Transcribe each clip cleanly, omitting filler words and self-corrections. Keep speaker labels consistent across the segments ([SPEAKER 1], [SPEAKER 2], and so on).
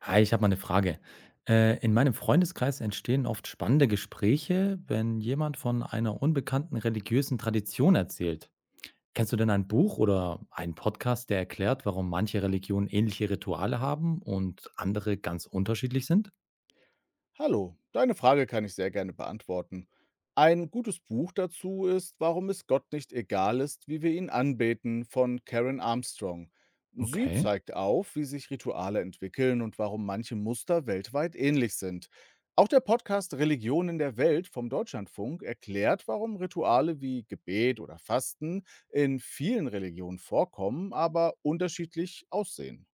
[SPEAKER 1] Hi, ich habe mal eine Frage. In meinem Freundeskreis entstehen oft spannende Gespräche, wenn jemand von einer unbekannten religiösen Tradition erzählt. Kennst du denn ein Buch oder einen Podcast, der erklärt, warum manche Religionen ähnliche Rituale haben und andere ganz unterschiedlich sind?
[SPEAKER 2] Hallo, deine Frage kann ich sehr gerne beantworten. Ein gutes Buch dazu ist Warum es Gott nicht egal ist, wie wir ihn anbeten von Karen Armstrong. Sie
[SPEAKER 1] Okay,
[SPEAKER 2] zeigt auf, wie sich Rituale entwickeln und warum manche Muster weltweit ähnlich sind. Auch der Podcast Religionen der Welt vom Deutschlandfunk erklärt, warum Rituale wie Gebet oder Fasten in vielen Religionen vorkommen, aber unterschiedlich aussehen.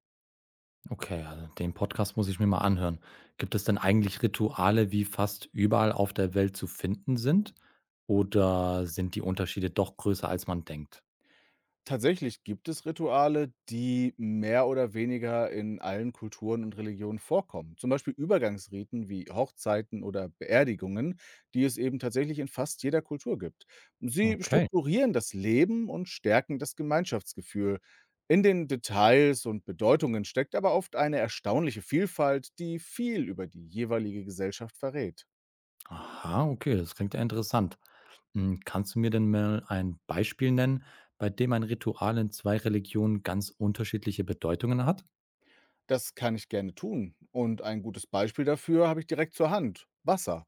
[SPEAKER 1] okay, also den Podcast muss ich mir mal anhören. Gibt es denn eigentlich Rituale, wie fast überall auf der Welt zu finden sind? Oder sind die Unterschiede doch größer, als man denkt?
[SPEAKER 2] Tatsächlich gibt es Rituale, die mehr oder weniger in allen Kulturen und Religionen vorkommen. Zum Beispiel Übergangsriten wie Hochzeiten oder Beerdigungen, die es eben tatsächlich in fast jeder Kultur gibt. Sie
[SPEAKER 1] Okay.
[SPEAKER 2] strukturieren das Leben und stärken das Gemeinschaftsgefühl. In den Details und Bedeutungen steckt aber oft eine erstaunliche Vielfalt, die viel über die jeweilige Gesellschaft verrät.
[SPEAKER 1] Aha, okay, das klingt ja interessant. Hm, kannst du mir denn mal ein Beispiel nennen, bei dem ein Ritual in zwei Religionen ganz unterschiedliche Bedeutungen hat?
[SPEAKER 2] Das kann ich gerne tun. Und ein gutes Beispiel dafür habe ich direkt zur Hand: Wasser.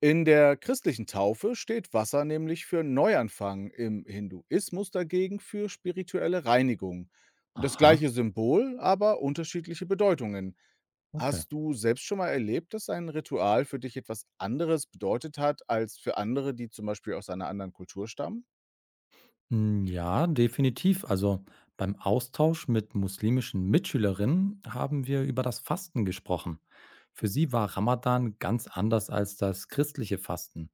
[SPEAKER 2] In der christlichen Taufe steht Wasser nämlich für Neuanfang, im Hinduismus dagegen für spirituelle Reinigung. Das
[SPEAKER 1] Aha,
[SPEAKER 2] gleiche Symbol, aber unterschiedliche Bedeutungen.
[SPEAKER 1] okay.
[SPEAKER 2] Hast du selbst schon mal erlebt, dass ein Ritual für dich etwas anderes bedeutet hat als für andere, die zum Beispiel aus einer anderen Kultur stammen?
[SPEAKER 1] Hm, ja, definitiv. Also beim Austausch mit muslimischen Mitschülerinnen haben wir über das Fasten gesprochen. Für sie war Ramadan ganz anders als das christliche Fasten.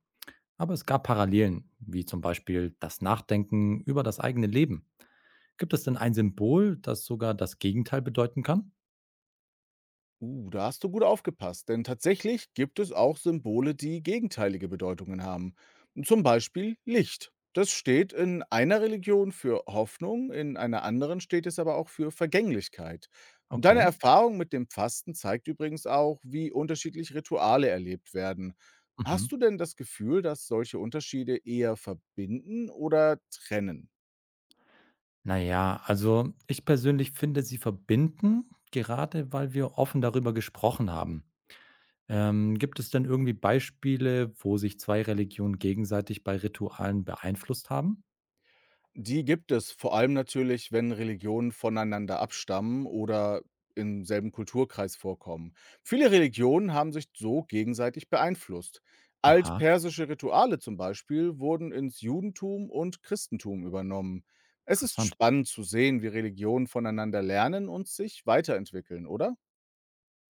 [SPEAKER 1] Aber es gab Parallelen, wie zum Beispiel das Nachdenken über das eigene Leben. Gibt es denn ein Symbol, das sogar das Gegenteil bedeuten kann?
[SPEAKER 2] Da hast du gut aufgepasst, denn tatsächlich gibt es auch Symbole, die gegenteilige Bedeutungen haben. Zum Beispiel Licht. Das steht in einer Religion für Hoffnung, in einer anderen steht es aber auch für Vergänglichkeit. Deine
[SPEAKER 1] Okay.
[SPEAKER 2] Erfahrung mit dem Fasten zeigt übrigens auch, wie unterschiedlich Rituale erlebt werden. Hast
[SPEAKER 1] Mhm.
[SPEAKER 2] du denn das Gefühl, dass solche Unterschiede eher verbinden oder trennen?
[SPEAKER 1] Na ja, also ich persönlich finde, sie verbinden, gerade weil wir offen darüber gesprochen haben. Gibt es denn irgendwie Beispiele, wo sich zwei Religionen gegenseitig bei Ritualen beeinflusst haben?
[SPEAKER 2] Die gibt es, vor allem natürlich, wenn Religionen voneinander abstammen oder im selben Kulturkreis vorkommen. Viele Religionen haben sich so gegenseitig beeinflusst.
[SPEAKER 1] Aha,
[SPEAKER 2] Altpersische Rituale zum Beispiel wurden ins Judentum und Christentum übernommen. Es ist
[SPEAKER 1] interessant.
[SPEAKER 2] spannend zu sehen, wie Religionen voneinander lernen und sich weiterentwickeln, oder?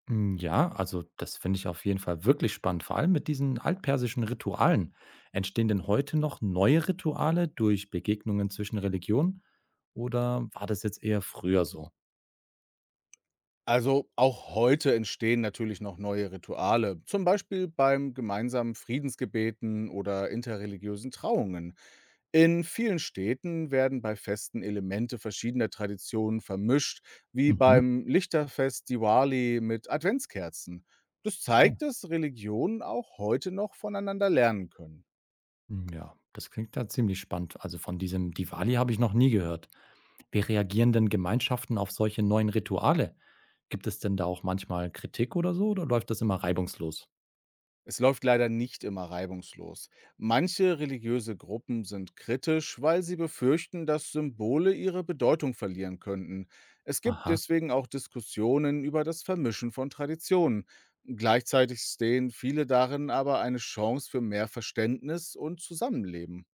[SPEAKER 1] Mm, ja, also das finde ich auf jeden Fall wirklich spannend. Vor allem mit diesen altpersischen Ritualen. Entstehen denn heute noch neue Rituale durch Begegnungen zwischen Religionen? Oder war das jetzt eher früher so?
[SPEAKER 2] Also auch heute entstehen natürlich noch neue Rituale, zum Beispiel beim gemeinsamen Friedensgebeten oder interreligiösen Trauungen. In vielen Städten werden bei Festen Elemente verschiedener Traditionen vermischt, wie
[SPEAKER 1] Mhm,
[SPEAKER 2] beim Lichterfest Diwali mit Adventskerzen. Das
[SPEAKER 1] okay.
[SPEAKER 2] zeigt, dass Religionen auch heute noch voneinander lernen können.
[SPEAKER 1] Hm, ja, das klingt ja ziemlich spannend. Also von diesem Diwali habe ich noch nie gehört. Wie reagieren denn Gemeinschaften auf solche neuen Rituale? Gibt es denn da auch manchmal Kritik oder so oder läuft das immer reibungslos?
[SPEAKER 2] Es läuft leider nicht immer reibungslos. Manche religiöse Gruppen sind kritisch, weil sie befürchten, dass Symbole ihre Bedeutung verlieren könnten. Es gibt
[SPEAKER 1] Aha.
[SPEAKER 2] deswegen auch Diskussionen über das Vermischen von Traditionen. Gleichzeitig sehen viele darin aber eine Chance für mehr Verständnis und Zusammenleben.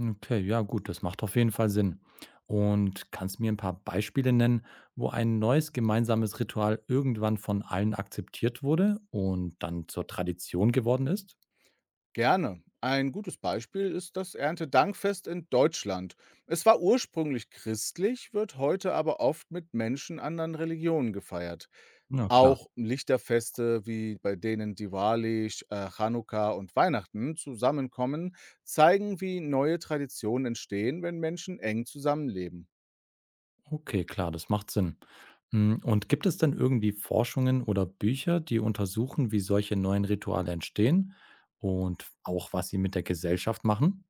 [SPEAKER 1] Okay, ja gut, das macht auf jeden Fall Sinn. Und kannst mir ein paar Beispiele nennen, wo ein neues gemeinsames Ritual irgendwann von allen akzeptiert wurde und dann zur Tradition geworden ist?
[SPEAKER 2] Gerne. Ein gutes Beispiel ist das Erntedankfest in Deutschland. Es war ursprünglich christlich, wird heute aber oft mit Menschen anderen Religionen gefeiert.
[SPEAKER 1] Ja, klar.
[SPEAKER 2] Auch Lichterfeste, wie bei denen Diwali, Chanukka und Weihnachten zusammenkommen, zeigen, wie neue Traditionen entstehen, wenn Menschen eng zusammenleben.
[SPEAKER 1] Okay, klar, das macht Sinn. Hm, und gibt es denn irgendwie Forschungen oder Bücher, die untersuchen, wie solche neuen Rituale entstehen und auch, was sie mit der Gesellschaft machen?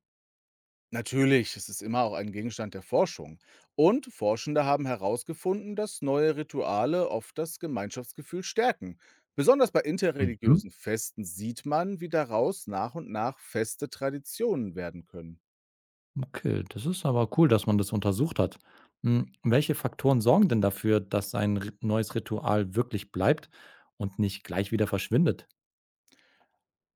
[SPEAKER 2] Natürlich, es ist immer auch ein Gegenstand der Forschung. Und Forschende haben herausgefunden, dass neue Rituale oft das Gemeinschaftsgefühl stärken. Besonders bei
[SPEAKER 1] Mhm.
[SPEAKER 2] interreligiösen Festen sieht man, wie daraus nach und nach feste Traditionen werden können.
[SPEAKER 1] Okay, das ist aber cool, dass man das untersucht hat. Hm, welche Faktoren sorgen denn dafür, dass ein neues Ritual wirklich bleibt und nicht gleich wieder verschwindet?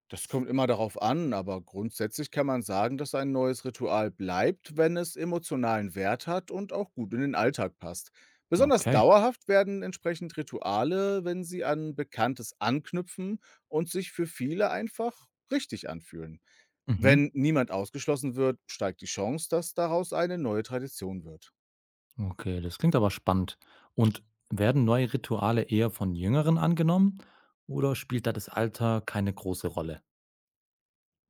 [SPEAKER 2] Das kommt immer darauf an, aber grundsätzlich kann man sagen, dass ein neues Ritual bleibt, wenn es emotionalen Wert hat und auch gut in den Alltag passt. Besonders
[SPEAKER 1] Okay.
[SPEAKER 2] dauerhaft werden entsprechend Rituale, wenn sie an Bekanntes anknüpfen und sich für viele einfach richtig anfühlen.
[SPEAKER 1] Mhm.
[SPEAKER 2] Wenn niemand ausgeschlossen wird, steigt die Chance, dass daraus eine neue Tradition wird.
[SPEAKER 1] Okay, das klingt aber spannend. Und werden neue Rituale eher von Jüngeren angenommen oder spielt da das Alter keine große Rolle?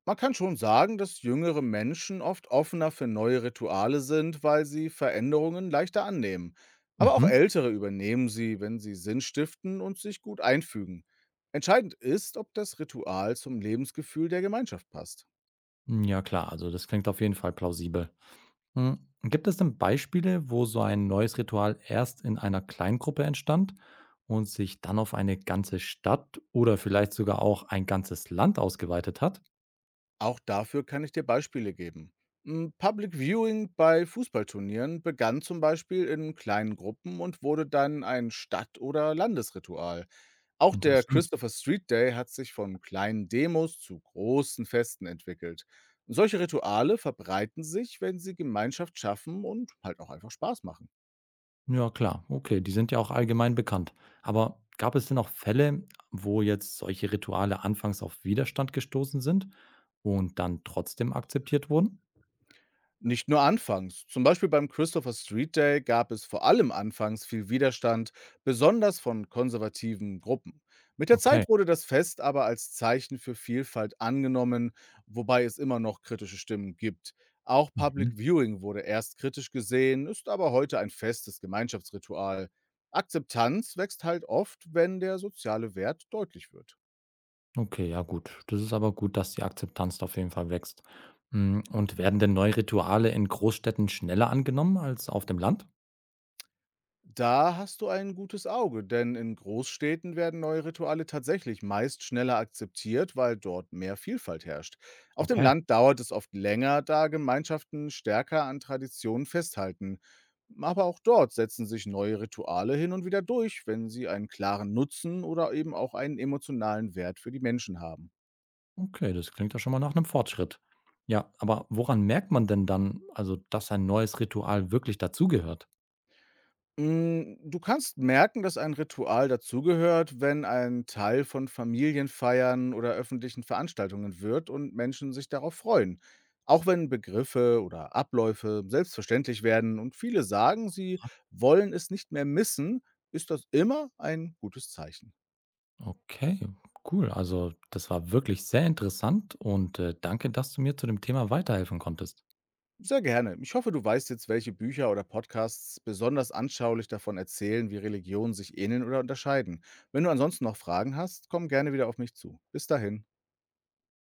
[SPEAKER 2] Man kann schon sagen, dass jüngere Menschen oft offener für neue Rituale sind, weil sie Veränderungen leichter annehmen. Aber auch
[SPEAKER 1] Mhm.
[SPEAKER 2] Ältere übernehmen sie, wenn sie Sinn stiften und sich gut einfügen. Entscheidend ist, ob das Ritual zum Lebensgefühl der Gemeinschaft passt.
[SPEAKER 1] Hm, ja klar, also das klingt auf jeden Fall plausibel. Hm, gibt es denn Beispiele, wo so ein neues Ritual erst in einer Kleingruppe entstand und sich dann auf eine ganze Stadt oder vielleicht sogar auch ein ganzes Land ausgeweitet hat?
[SPEAKER 2] Auch dafür kann ich dir Beispiele geben. Public Viewing bei Fußballturnieren begann zum Beispiel in kleinen Gruppen und wurde dann ein Stadt- oder Landesritual. Auch der
[SPEAKER 1] Interessant.
[SPEAKER 2] Christopher Street Day hat sich von kleinen Demos zu großen Festen entwickelt. Solche Rituale verbreiten sich, wenn sie Gemeinschaft schaffen und halt auch einfach Spaß machen.
[SPEAKER 1] Ja, klar. Okay, die sind ja auch allgemein bekannt. Aber gab es denn auch Fälle, wo jetzt solche Rituale anfangs auf Widerstand gestoßen sind und dann trotzdem akzeptiert wurden?
[SPEAKER 2] Nicht nur anfangs. Zum Beispiel beim Christopher Street Day gab es vor allem anfangs viel Widerstand, besonders von konservativen Gruppen. Mit der
[SPEAKER 1] Okay.
[SPEAKER 2] Zeit wurde das Fest aber als Zeichen für Vielfalt angenommen, wobei es immer noch kritische Stimmen gibt. Auch
[SPEAKER 1] Mhm.
[SPEAKER 2] Public Viewing wurde erst kritisch gesehen, ist aber heute ein festes Gemeinschaftsritual. Akzeptanz wächst halt oft, wenn der soziale Wert deutlich wird.
[SPEAKER 1] Okay, ja gut. Das ist aber gut, dass die Akzeptanz da auf jeden Fall wächst. Hm, und werden denn neue Rituale in Großstädten schneller angenommen als auf dem Land?
[SPEAKER 2] Da hast du ein gutes Auge, denn in Großstädten werden neue Rituale tatsächlich meist schneller akzeptiert, weil dort mehr Vielfalt herrscht. Auf dem
[SPEAKER 1] Okay.
[SPEAKER 2] Land dauert es oft länger, da Gemeinschaften stärker an Traditionen festhalten. Aber auch dort setzen sich neue Rituale hin und wieder durch, wenn sie einen klaren Nutzen oder eben auch einen emotionalen Wert für die Menschen haben.
[SPEAKER 1] Okay, das klingt ja schon mal nach einem Fortschritt. Ja, aber woran merkt man denn dann, also, dass ein neues Ritual wirklich dazugehört?
[SPEAKER 2] Du kannst merken, dass ein Ritual dazugehört, wenn ein Teil von Familienfeiern oder öffentlichen Veranstaltungen wird und Menschen sich darauf freuen. Auch wenn Begriffe oder Abläufe selbstverständlich werden und viele sagen, sie wollen es nicht mehr missen, ist das immer ein gutes Zeichen.
[SPEAKER 1] Okay, cool. Also, das war wirklich sehr interessant und danke, dass du mir zu dem Thema weiterhelfen konntest.
[SPEAKER 2] Sehr gerne. Ich hoffe, du weißt jetzt, welche Bücher oder Podcasts besonders anschaulich davon erzählen, wie Religionen sich ähneln oder unterscheiden. Wenn du ansonsten noch Fragen hast, komm gerne wieder auf mich zu. Bis dahin.